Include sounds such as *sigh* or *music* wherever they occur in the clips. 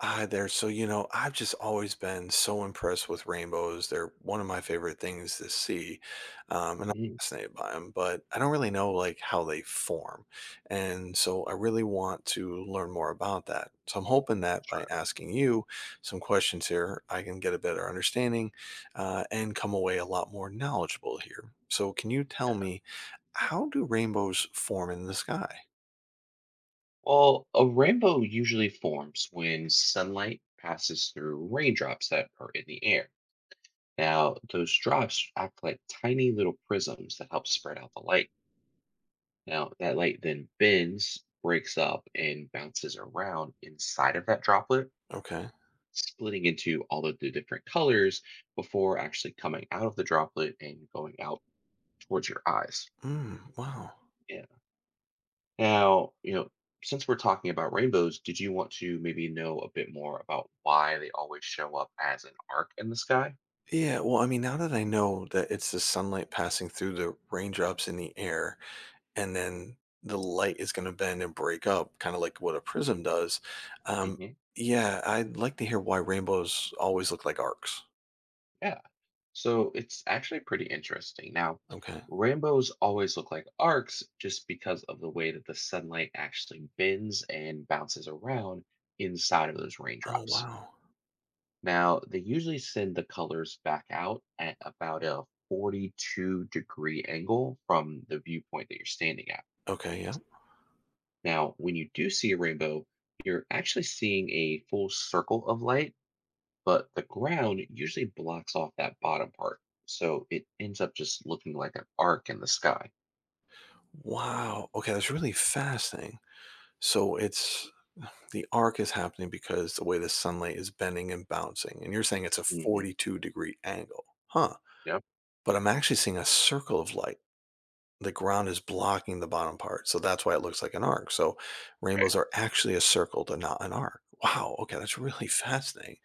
Ah, there. I've just always been so impressed with rainbows. They're one of my favorite things to see. And I'm Mhm. fascinated by them, but I don't really know like how they form. And so I really want to learn more about that. So I'm hoping that by Sure. asking you some questions here, I can get a better understanding and come away a lot more knowledgeable here. So can you tell me, how do rainbows form in the sky? Well, a rainbow usually forms when sunlight passes through raindrops that are in the air. Now, those drops act like tiny little prisms that help spread out the light. Now, that light then bends, breaks up, and bounces around inside of that droplet, Okay. splitting into all of the different colors before actually coming out of the droplet and going out towards your eyes. Mm, wow. Now, since we're talking about rainbows, did you want to maybe know a bit more about why they always show up as an arc in the sky? Yeah, well, I mean, now that I know that it's the sunlight passing through the raindrops in the air, and then the light is going to bend and break up, kind of like what a prism does. Um, Hmm. yeah, I'd like to hear why rainbows always look like arcs. Yeah. So it's actually pretty interesting. Now, Okay. rainbows always look like arcs just because of the way that the sunlight actually bends and bounces around inside of those Oh, raindrops. wow. Now, they usually send the colors back out at about a 42-degree angle from the viewpoint that you're standing at. Okay. Yeah. Now, when you do see a rainbow, you're actually seeing a full circle of light, but the ground usually blocks off that bottom part. So it ends up just looking like an arc in the sky. Wow. Okay. That's really fascinating. So it's The arc is happening because the way the sunlight is bending and bouncing. And you're saying it's a Hmm. 42-degree angle. Huh. Yep. But I'm actually seeing a circle of light. The ground is blocking the bottom part, so that's why it looks like an arc. So Right. rainbows are actually a circle to not an arc. Wow, okay, that's really *laughs* fascinating.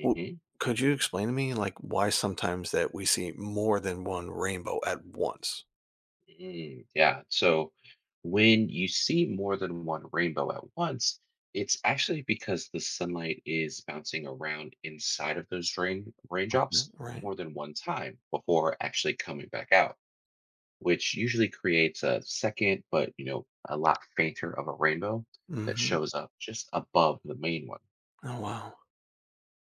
Well, could you explain to me like why sometimes that we see more than one rainbow at once? Mm. Yeah. So when you see more than one rainbow at once, it's actually because the sunlight is bouncing around inside of those rain Okay, raindrops right. more than one time before actually coming back out, which usually creates a second, but a lot fainter of a rainbow that Hmm. shows up just above the main one. Oh wow.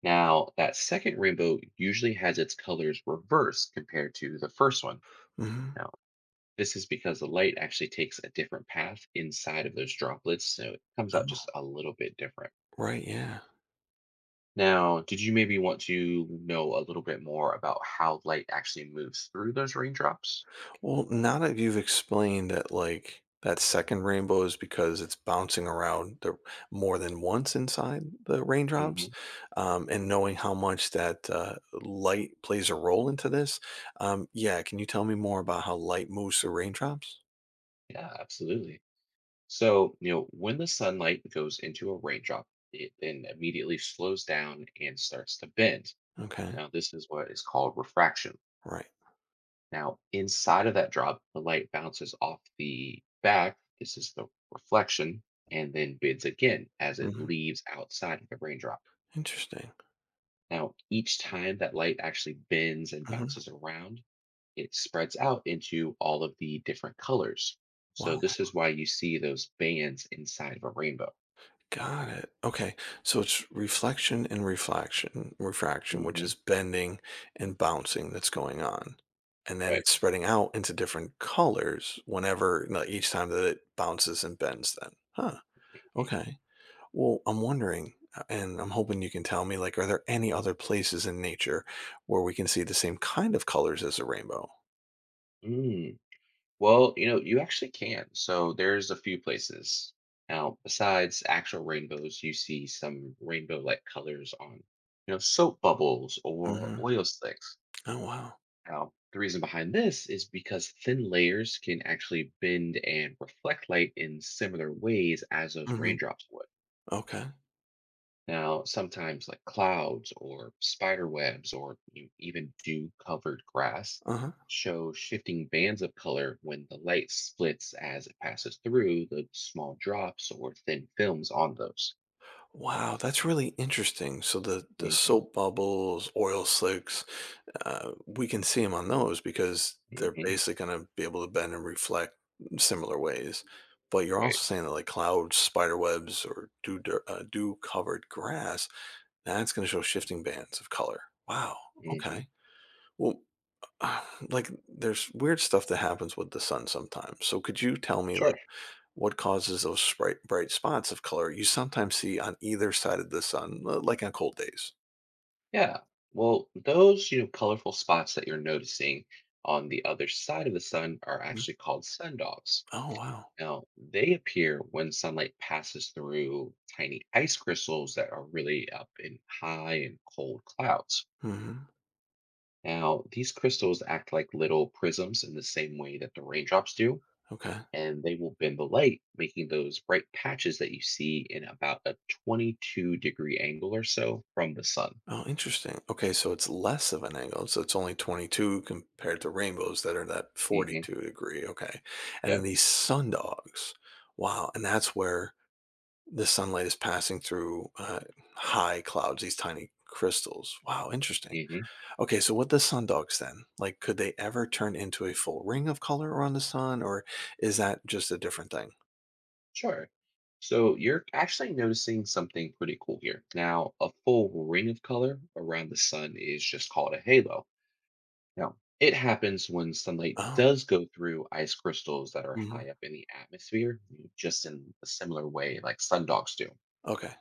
Now, that second rainbow usually has its colors reversed compared to the first one. Hmm. Now, this is because the light actually takes a different path inside of those droplets, so it comes out just Oh, a little bit different. right, yeah. Now, did you maybe want to know a little bit more about how light actually moves through those raindrops? Well, now that you've explained that, like, that second rainbow is because it's bouncing around more than once inside the raindrops, Hmm. And knowing how much that light plays a role into this, yeah, can you tell me more about how light moves through raindrops? Yeah, absolutely. So, when the sunlight goes into a raindrop, it then immediately slows down and starts to bend. Okay, Now, this is what is called refraction. right. Now, inside of that drop, the light bounces off the back. This is the reflection, and then bends again as it Hmm. leaves outside of the raindrop. Interesting. Now, each time that light actually bends and Hmm. bounces around, it spreads out into all of the different colors. So, Wow. this is why you see those bands inside of a rainbow. Got it. Okay. So it's refraction, which Hmm. is bending and bouncing that's going on. And then Right. it's spreading out into different colors whenever, no, each time that it bounces and bends, then. Huh. Okay. Okay. Well, I'm wondering, and I'm hoping you can tell me, like, are there any other places in nature where we can see the same kind of colors as a rainbow? Mm. Well, you actually can. So there's a few places. Now, besides actual rainbows, you see some rainbow-like colors on, soap bubbles or Mm-hmm. oil slicks. Oh, wow. Now, the reason behind this is because thin layers can actually bend and reflect light in similar ways as those Mm-hmm. raindrops would. Okay. Now, sometimes like clouds or spider webs or even dew covered grass Uh huh. show shifting bands of color when the light splits as it passes through the small drops or thin films on those. Wow, that's really interesting. So the Hmm. soap bubbles, oil slicks, we can see them on those because they're Hmm. basically going to be able to bend and reflect in similar ways. But you're also Right. saying that like clouds, spider webs, or dew covered grass, that's going to show shifting bands of color. Wow. Hmm. Okay. Well, *sighs* like there's weird stuff that happens with the sun sometimes. So could you tell me like Sure. what causes those bright, bright spots of color you sometimes see on either side of the sun, like on cold days? Yeah. Well, those, colorful spots that you're noticing on the other side of the sun are Mhm. actually called sundogs. Oh, wow. Now, they appear when sunlight passes through tiny ice crystals that are really up in high and cold clouds. Mhm. Now, these crystals act like little prisms in the same way that the raindrops do, Okay. and they will bend the light, making those bright patches that you see in about a 22-degree angle or so from the sun. Oh, interesting. Okay, so it's less of an angle. So it's only 22 compared to rainbows that are that Hmm. 42 degree. Okay. And then Yep. these sun dogs. Wow. And that's where the sunlight is passing through high clouds, these tiny crystals. Wow. Interesting. Hmm. Okay, so what the sundogs then, like could they ever turn into a full ring of color around the sun, or is that just a different thing? Sure. So you're actually noticing something pretty cool here. Now, a full ring of color around the sun is just called a halo. Now, it happens when sunlight Oh, does go through ice crystals that are mhm, high up in the atmosphere, just in a similar way like sundogs do. okay.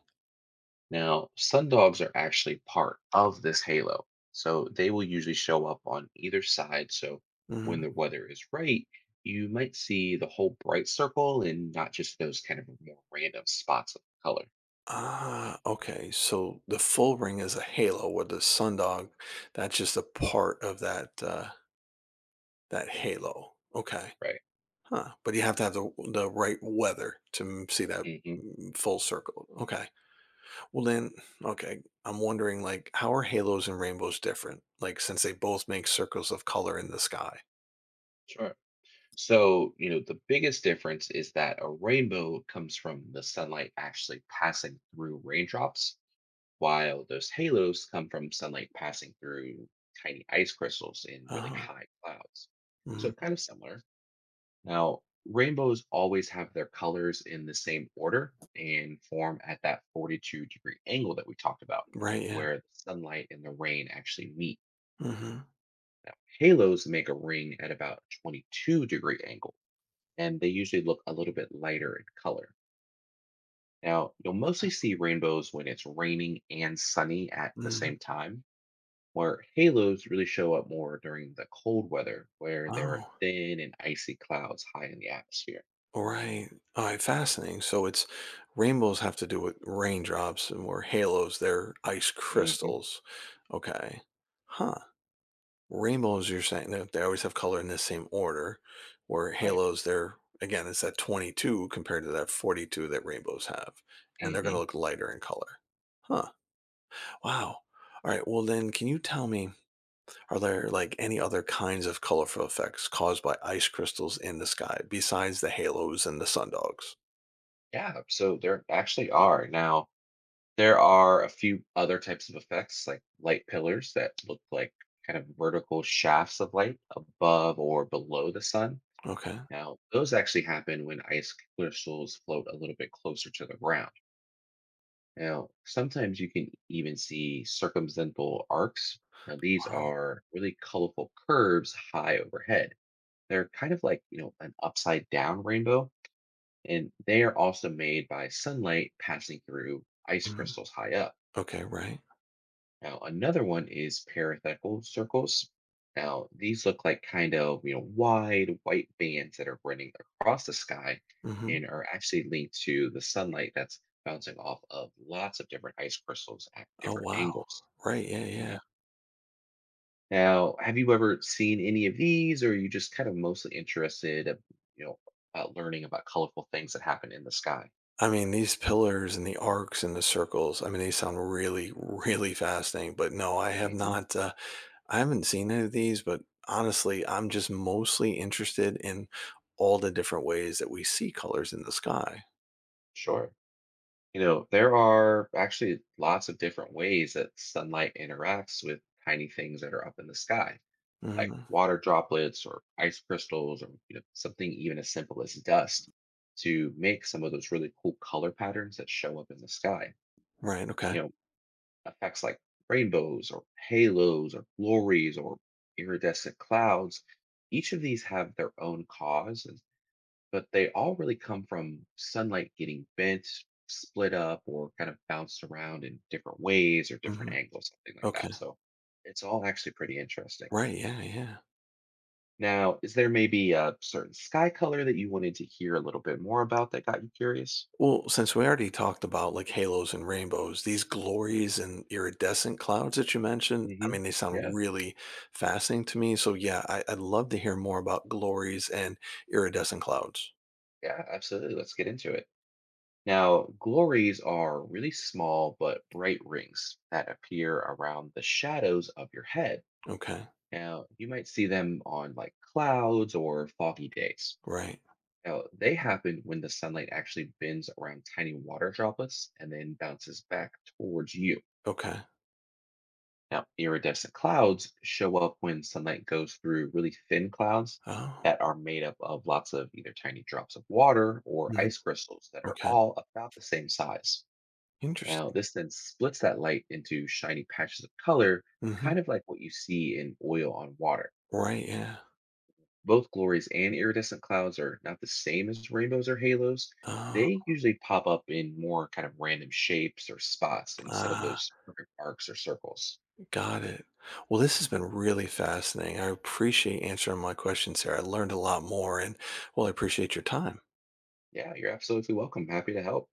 Now, sundogs are actually part of this halo, so they will usually show up on either side. So when Mhm. the weather is right, you might see the whole bright circle and not just those kind of more random spots of color, Ah, okay. So the full ring is a halo, where the sundog, that's just a part of that that halo. Okay, right? huh? But you have to have the right weather to see that Hmm. mm, full circle. Okay. Well then, okay. I'm wondering, like, how are halos and rainbows different? Like, since they both make circles of color in the sky. Sure. So, the biggest difference is that a rainbow comes from the sunlight actually passing through raindrops, while those halos come from sunlight passing through tiny ice crystals in really Oh, high clouds. So, mhm. kind of similar. Now, rainbows always have their colors in the same order and form at that 42-degree angle that we talked about, Right, yeah. where the sunlight and the rain actually meet. Mhm, Now, halos make a ring at about 22-degree angle and they usually look a little bit lighter in color. Now, you'll mostly see rainbows when it's raining and sunny at the mhm. same time, where halos really show up more during the cold weather, where there are Oh, thin and icy clouds high in the atmosphere. right. Alright, fascinating. So it's rainbows have to do with raindrops and where halos, they're ice Hmm. crystals. Okay. Huh. Rainbows, you're saying that they always have color in the same order, where Right. halos, they're again, it's that 22 compared to that 42 that rainbows have, and they're gonna Hmm. look lighter in color. Huh. Wow. Alright, well then, can you tell me, are there like any other kinds of colorful effects caused by ice crystals in the sky besides the halos and the sundogs? Yeah. So there actually are. Now, there are a few other types of effects, like light pillars that look like kind of vertical shafts of light above or below the sun. Okay. Now, those actually happen when ice crystals float a little bit closer to the ground. Now, sometimes you can even see circumdental arcs. Now, these Wow. are really colorful curves high overhead. They're kind of like, an upside down rainbow, and they are also made by sunlight passing through ice Mhm. crystals high up. Okay. Right. Now, another one is parenthetical circles. Now, these look like kind of, wide white bands that are running across the sky Hmm. and are actually linked to the sunlight that's bouncing off of lots of different ice crystals at Oh different wow. angles. Right. Yeah. Yeah. Yeah. Now, have you ever seen any of these or are you just kind of mostly interested, you know, about learning about colorful things that happen in the sky? I mean, these pillars and the arcs and the circles. I mean, they sound really, really fascinating. But no, I have Hmm. not. I haven't seen any of these. But honestly, I'm just mostly interested in all the different ways that we see colors in the sky. Sure. There are actually lots of different ways that sunlight interacts with tiny things that are up in the sky, like Hmm. water droplets or ice crystals or something even as simple as dust to make some of those really cool color patterns that show up in the sky. Right. Okay. You know, effects like rainbows or halos or glories or iridescent clouds. Each of these have their own cause and but they all really come from sunlight getting bent, split up, or kind of bounced around in different ways or different Hmm. angles, something like Okay. that. So it's all actually pretty interesting. Right. Yeah. Yeah. Now, is there maybe a certain sky color that you wanted to hear a little bit more about that got you curious? Well, since we already talked about like halos and rainbows, these glories and iridescent clouds that you mentioned, I Hmm. mean, they sound Yeah, really fascinating to me. So, yeah, I'd love to hear more about glories and iridescent clouds. yeah, absolutely. Let's get into it. Now, glories are really small but bright rings that appear around the shadows of your head. Okay. Now, you might see them on like clouds or foggy days. Right. Now, they happen when the sunlight actually bends around tiny water droplets and then bounces back towards you. Okay. Now, iridescent clouds show up when sunlight goes through really thin clouds Oh, that are made up of lots of either tiny drops of water or mhm, ice crystals that are okay. all about the same size. Interesting. Now, this then splits that light into shiny patches of color, Hmm. kind of like what you see in oil on water. Right. Yeah. Both glories and iridescent clouds are not the same as rainbows or halos. Oh, They usually pop up in more kind of random shapes or spots instead of ah, those perfect arcs or circles. got it. Well, this has been really fascinating. I appreciate answering my questions, Sarah. I learned a lot more, and well, I appreciate your time. Yeah, you're absolutely welcome. Happy to help.